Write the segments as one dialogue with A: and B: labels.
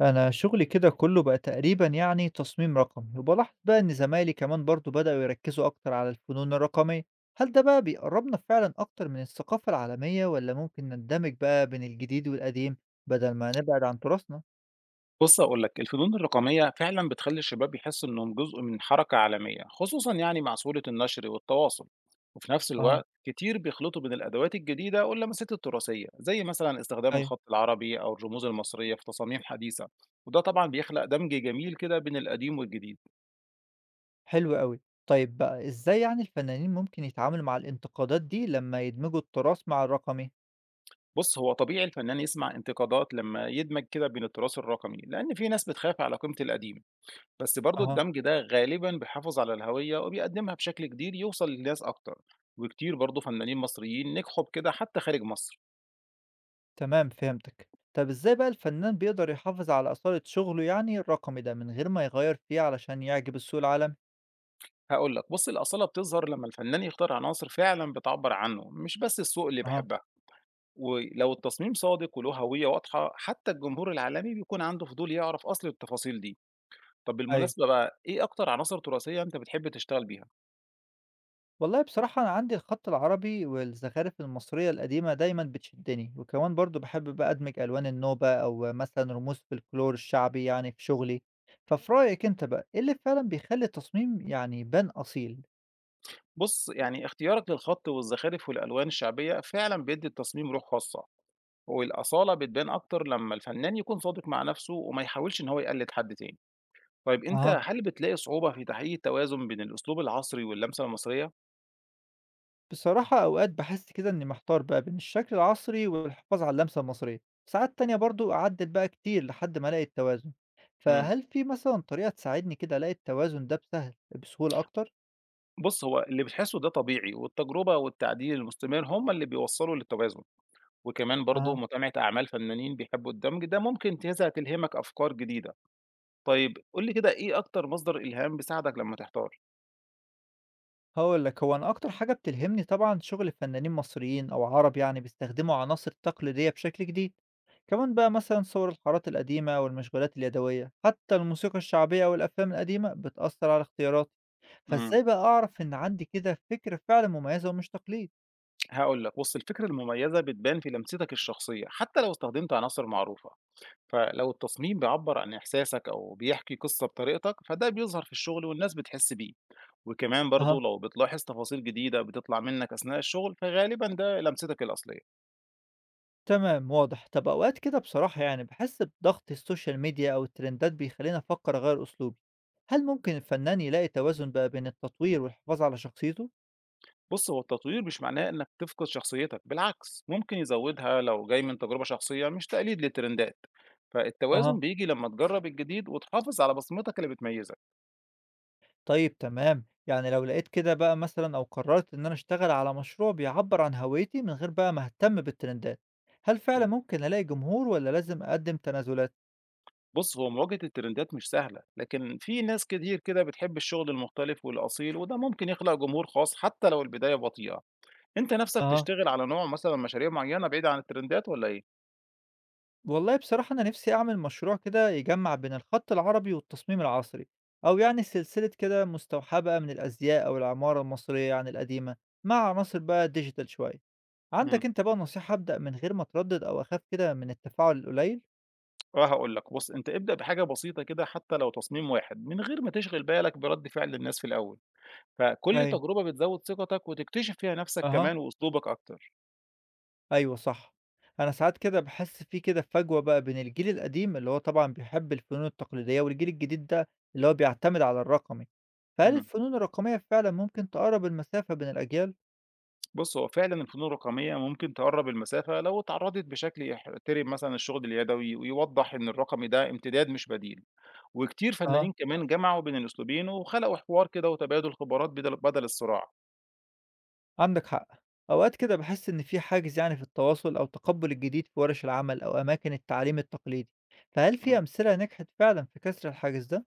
A: أنا شغلي كده كله بقى تقريبا يعني تصميم رقمي، وبلاحظ بقى إن زمايلي كمان برضو بدأوا يركزوا أكتر على الفنون الرقمية. هل ده بقى بيقربنا فعلا أكتر من الثقافة العالمية، ولا ممكن نندمج بقى بين الجديد والقديم بدل ما نبعد عن تراثنا؟
B: بُص هاقول لك، الفنون الرقمية فعلًا بتخلّي الشباب يحسّوا إنهم جزء من حركة عالمية، خصوصًا يعني مع سهولة النشر والتواصل، وفي نفس
A: اه.
B: الوقت كتير بيخلطوا بين الأدوات الجديدة واللمسات التراثية، زي مثلًا استخدام
A: ايوه.
B: الخط العربي أو الرموز المصرية في تصاميم حديثة، وده طبعًا بيخلق دمج جميل كده بين القديم والجديد.
A: حلو قوي. طيب بقى إزاي يعني الفنانين ممكن يتعاملوا مع الانتقادات دي لما يدمجوا التراث مع الرقمي؟
B: بُص هو طبيعي الفنان يسمع انتقادات لمّا يدمج كده بين التراث الرقمي، لأن في ناس بتخاف على قيمة القديم. بس برضه
A: اها.
B: الدمج ده غالبا بيحافظ على الهوية وبيقدمها بشكل جديد يوصل للناس أكتر، وكتير برضه فنانين مصريين نجحوا بكده حتى خارج مصر.
A: تمام، فهمتك. طب إزاي بقى الفنان بيقدر يحافظ على أصالة شغله يعني الرقمي ده من غير ما يغير فيه علشان يعجب السوق العالمي؟
B: هقول لك بص الأصالة بتظهر لما الفنان يختار عناصر فعلا بتعبر عنه، مش بس السوق اللي
A: أها.
B: بيحبها، ولو التصميم صادق وله هوية واضحة حتى الجمهور العالمي بيكون عنده فضول يعرف أصل التفاصيل دي. طب
A: أيوه.
B: بالمناسبة بقى إيه أكتر عناصر تراثية أنت بتحب تشتغل بيها؟
A: والله بصراحة أنا عندي الخط العربي والزخارف المصرية القديمة دايمًا بتشدّني، وكمان برضه باحب بقى أدمج ألوان النوبة أو مثلًا رموز فلكلور الشعبي يعني في شغلي. ففي رأيك أنت بقى، إيه اللي فعلًا بيخلّي التصميم يعني يبان أصيل؟
B: بص يعني اختيارك للخط والزخارف والألوان الشعبية فعلا بيدي التصميم روح خاصة، والأصالة بتبان أكتر لمّا الفنان يكون صادق مع نفسه وما يحاولش إن هو يقلد حد تاني. طيب أنت
A: أها.
B: هل بتلاقي صعوبة في تحقيق التوازن بين الأسلوب العصري واللمسة المصرية؟
A: بصراحة أوقات باحس كده إني محتار بقى بين الشكل العصري والحفاظ على اللمسة المصرية، ساعات تانية برضه أعدّل بقى كتير لحد ما ألاقي التوازن.
B: إمم.
A: فهل في مثلًا طريقة تساعدني كده ألاقي التوازن ده بسهولة أكتر؟
B: بُص، هو اللي بتحسه ده طبيعي، والتجربة والتعديل المستمر هم اللي بيوصّلوا للتوازن، وكمان برضه متابعة أعمال فنانين بيحبوا الدمج ده ممكن تلهمك أفكار جديدة. طيب قُل لي كده إيه أكتر مصدر إلهام بيساعدك لمّا تحتار؟
A: هاقول لك، هو أنا أكتر حاجة بتلهمني طبعًا شغل فنانين مصريين أو عرب يعني بيستخدموا عناصر تقليدية بشكل جديد، كمان بقى مثلًا صور الحارات القديمة والمشغولات اليدوية، حتى الموسيقى الشعبية والأفلام القديمة بتأثر على اختياراتي.
B: إمم.
A: فإزاي بقى أعرف إن عندي كده فكرة فعلًا مميزة ومش تقليد؟
B: هاقول لك، بُص الفكرة المميزة بتبان في لمستك الشخصية حتى لو استخدمت عناصر معروفة. فلو التصميم بيعبر عن إحساسك أو بيحكي قصة بطريقتك فده بيظهر في الشغل والناس بتحس بيه، وكمان برضو
A: أها.
B: لو بتلاحظ تفاصيل جديدة بتطلع منك أثناء الشغل فغالبا ده لمستك الأصلية.
A: تمام، واضح. طب أوقات كده بصراحة يعني باحس بضغط السوشيال ميديا أو الترندات بيخليني أفكر أغير أسلوبي، هل ممكن الفنان يلاقي توازن بقى بين التطوير والحفاظ على شخصيته؟
B: بص هو التطوير مش معناه إنك تفقد شخصيتك، بالعكس ممكن يزودها لو جاي من تجربة شخصية مش تقليد للترندات،
A: أها.
B: فالتوازن بيجي لما تجرب الجديد وتحافظ على بصمتك اللي بتميزك.
A: طيب تمام، يعني لو لقيت كده بقى مثلا او قررت ان انا اشتغل على مشروع بيعبر عن هويتي من غير بقى ما اهتم بالترندات، هل فعلا ممكن الاقي جمهور ولا لازم اقدم تنازلات؟
B: بُص، هو مواجهة الترندات مش سهلة، لكن في ناس كتير كده بتحب الشغل المختلف والأصيل، وده ممكن يخلق جمهور خاص حتى لو البداية بطيئة. أنت نفسك
A: أها.
B: تشتغل على نوع مثلًا مشاريع معينة بعيدة عن الترندات والّا إيه؟
A: والله بصراحة انا نفسي اعمل مشروع كده يجمع بين الخط العربي والتصميم العصري، او يعني سلسلة كده مستوحاة بقى من الازياء او العمارة المصرية يعني القديمة مع عناصر بقى ديجيتال شوية. عندك
B: إمم،
A: انت بقى نصيحة ابدأ من غير ما اتردد او اخاف كده من التفاعل القليل؟
B: آه هاقول لك، بُص أنت ابدأ بحاجة بسيطة كده حتى لو تصميم واحد، من غير ما تشغل بالك برد فعل الناس في الأول، فكل
A: أيوة.
B: تجربة بتزود ثقتك وتكتشف فيها نفسك
A: أها.
B: كمان وأسلوبك أكتر.
A: أيوه، صح. أنا ساعات كده باحس في كده فجوة بقى بين الجيل القديم اللي هو طبعًا بيحب الفنون التقليدية، والجيل الجديد ده اللي هو بيعتمد على الرقمي. فهل
B: إمم.
A: الفنون الرقمية فعلًا ممكن تقرّب المسافة بين الأجيال؟
B: بُص، هو فعلًا الفنون الرقمية ممكن تقرّب المسافة لو اتعرّضت بشكل يحترم مثلًا الشغل اليدوي، ويوضّح إن الرقمي ده امتداد مش بديل، وكتير
A: أها.
B: فنانين كمان جمعوا بين الأسلوبين وخلقوا حوار كده وتبادل خبرات بدل الصراع.
A: عندك حق. أوقات كده باحس إن في حاجز يعني في التواصل أو تقبُّل الجديد في ورش العمل أو أماكن التعليم التقليدي. فهل في
B: إمم.
A: أمثلة نجحت فعلًا في كسر الحاجز ده؟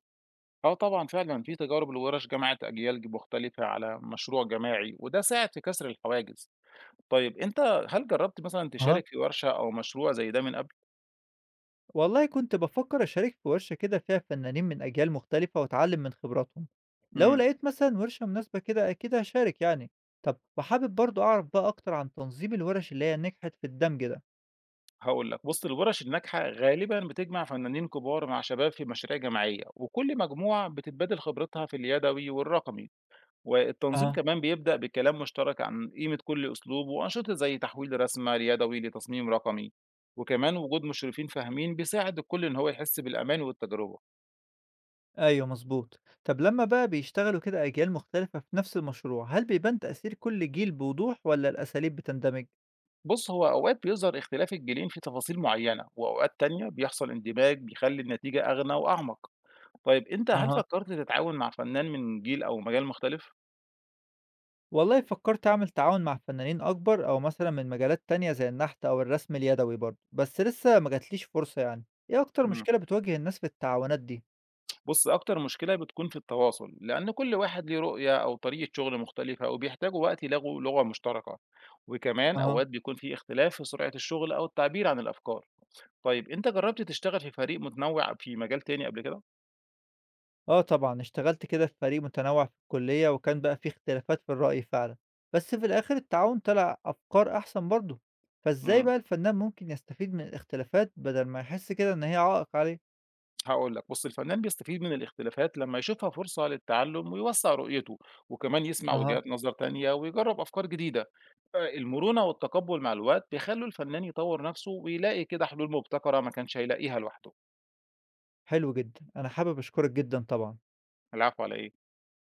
B: آه طبعًا فعلًا في تجارب الورش جمعت أجيال مختلفة على مشروع جماعي، وده ساعد في كسر الحواجز. طيب أنت هل جرّبت مثلًا تشارك في ورشة أو مشروع زي ده من قبل؟
A: والله كنت بفكر أشارك في ورشة كده فيها فنانين من أجيال مختلفة وأتعلم من خبراتهم. لو
B: إمم.
A: لقيت مثلا ورشة مناسبة كده أكيد هشارك يعني. طب وحابب برضو أعرف بقى أكتر عن تنظيم الورش اللي هي نجحت في الدمج ده.
B: هاقول لك، بُص الورش الناجحة غالبًا بتجمع فنانين كبار مع شباب في مشاريع جماعية، وكل مجموعة بتتبادل خبرتها في اليدوي والرقمي، والتنظيم
A: اه.
B: كمان بيبدأ بكلام مشترك عن قيمة كل أسلوب وأنشطة زي تحويل رسمة ليدوي لتصميم رقمي، وكمان وجود مشرفين فاهمين بيساعد الكل إن هو يحس بالأمان والتجربة.
A: أيوة، مظبوط. طب لما بقى بيشتغلوا كده أجيال مختلفة في نفس المشروع، هل بيبان تأثير كل جيل بوضوح ولا الأساليب بتندمج؟
B: بُص هو أوقات بيظهر اختلاف الجيلين في تفاصيل معينة، وأوقات تانية بيحصل اندماج بيخلي النتيجة أغنى وأعمق. طيب أنت هل فكرت تتعاون مع فنان من جيل أو مجال مختلف؟
A: والله فكرت أعمل تعاون مع فنانين أكبر أو مثلا من مجالات تانية زي النحت أو الرسم اليدوي برضه، بس لسه ما جاتليش فرصة. يعني إيه أكتر
B: إمم.
A: مشكلة بتواجه الناس في التعاونات دي؟
B: بُص، أكتر مشكلة بتكون في التواصل، لأن كل واحد ليه رؤية أو طريقة شغل مختلفة وبيحتاجوا وقت يلاقوا لغة مشتركة، وكمان
A: أها.
B: أوقات بيكون في اختلاف في سرعة الشغل أو التعبير عن الأفكار. طيب أنت جربت تشتغل في فريق متنوع في مجال تاني قبل كده؟
A: آه طبعا اشتغلت كده في فريق متنوع في الكلية وكان بقى فيه اختلافات في الرأي فعلا، بس في الآخر التعاون طلع أفكار أحسن برضه. فإزاي
B: إمم،
A: بقى الفنان ممكن يستفيد من الاختلافات بدل ما يحس كده إن هي عائق عليه؟
B: هاقول لك، بُص الفنان بيستفيد من الاختلافات لما يشوفها فرصة للتعلم ويوسّع رؤيته، وكمان يسمع
A: أها.
B: وجهات نظر تانية ويجرب أفكار جديدة. المرونة والتقبل مع الوقت بيخلّوا الفنان يطوّر نفسه ويلاقي كده حلول مبتكرة ما كانش هيلاقيها لوحده.
A: حلو جدا، أنا حابب أشكرك جدا طبعا.
B: العفو على إيه؟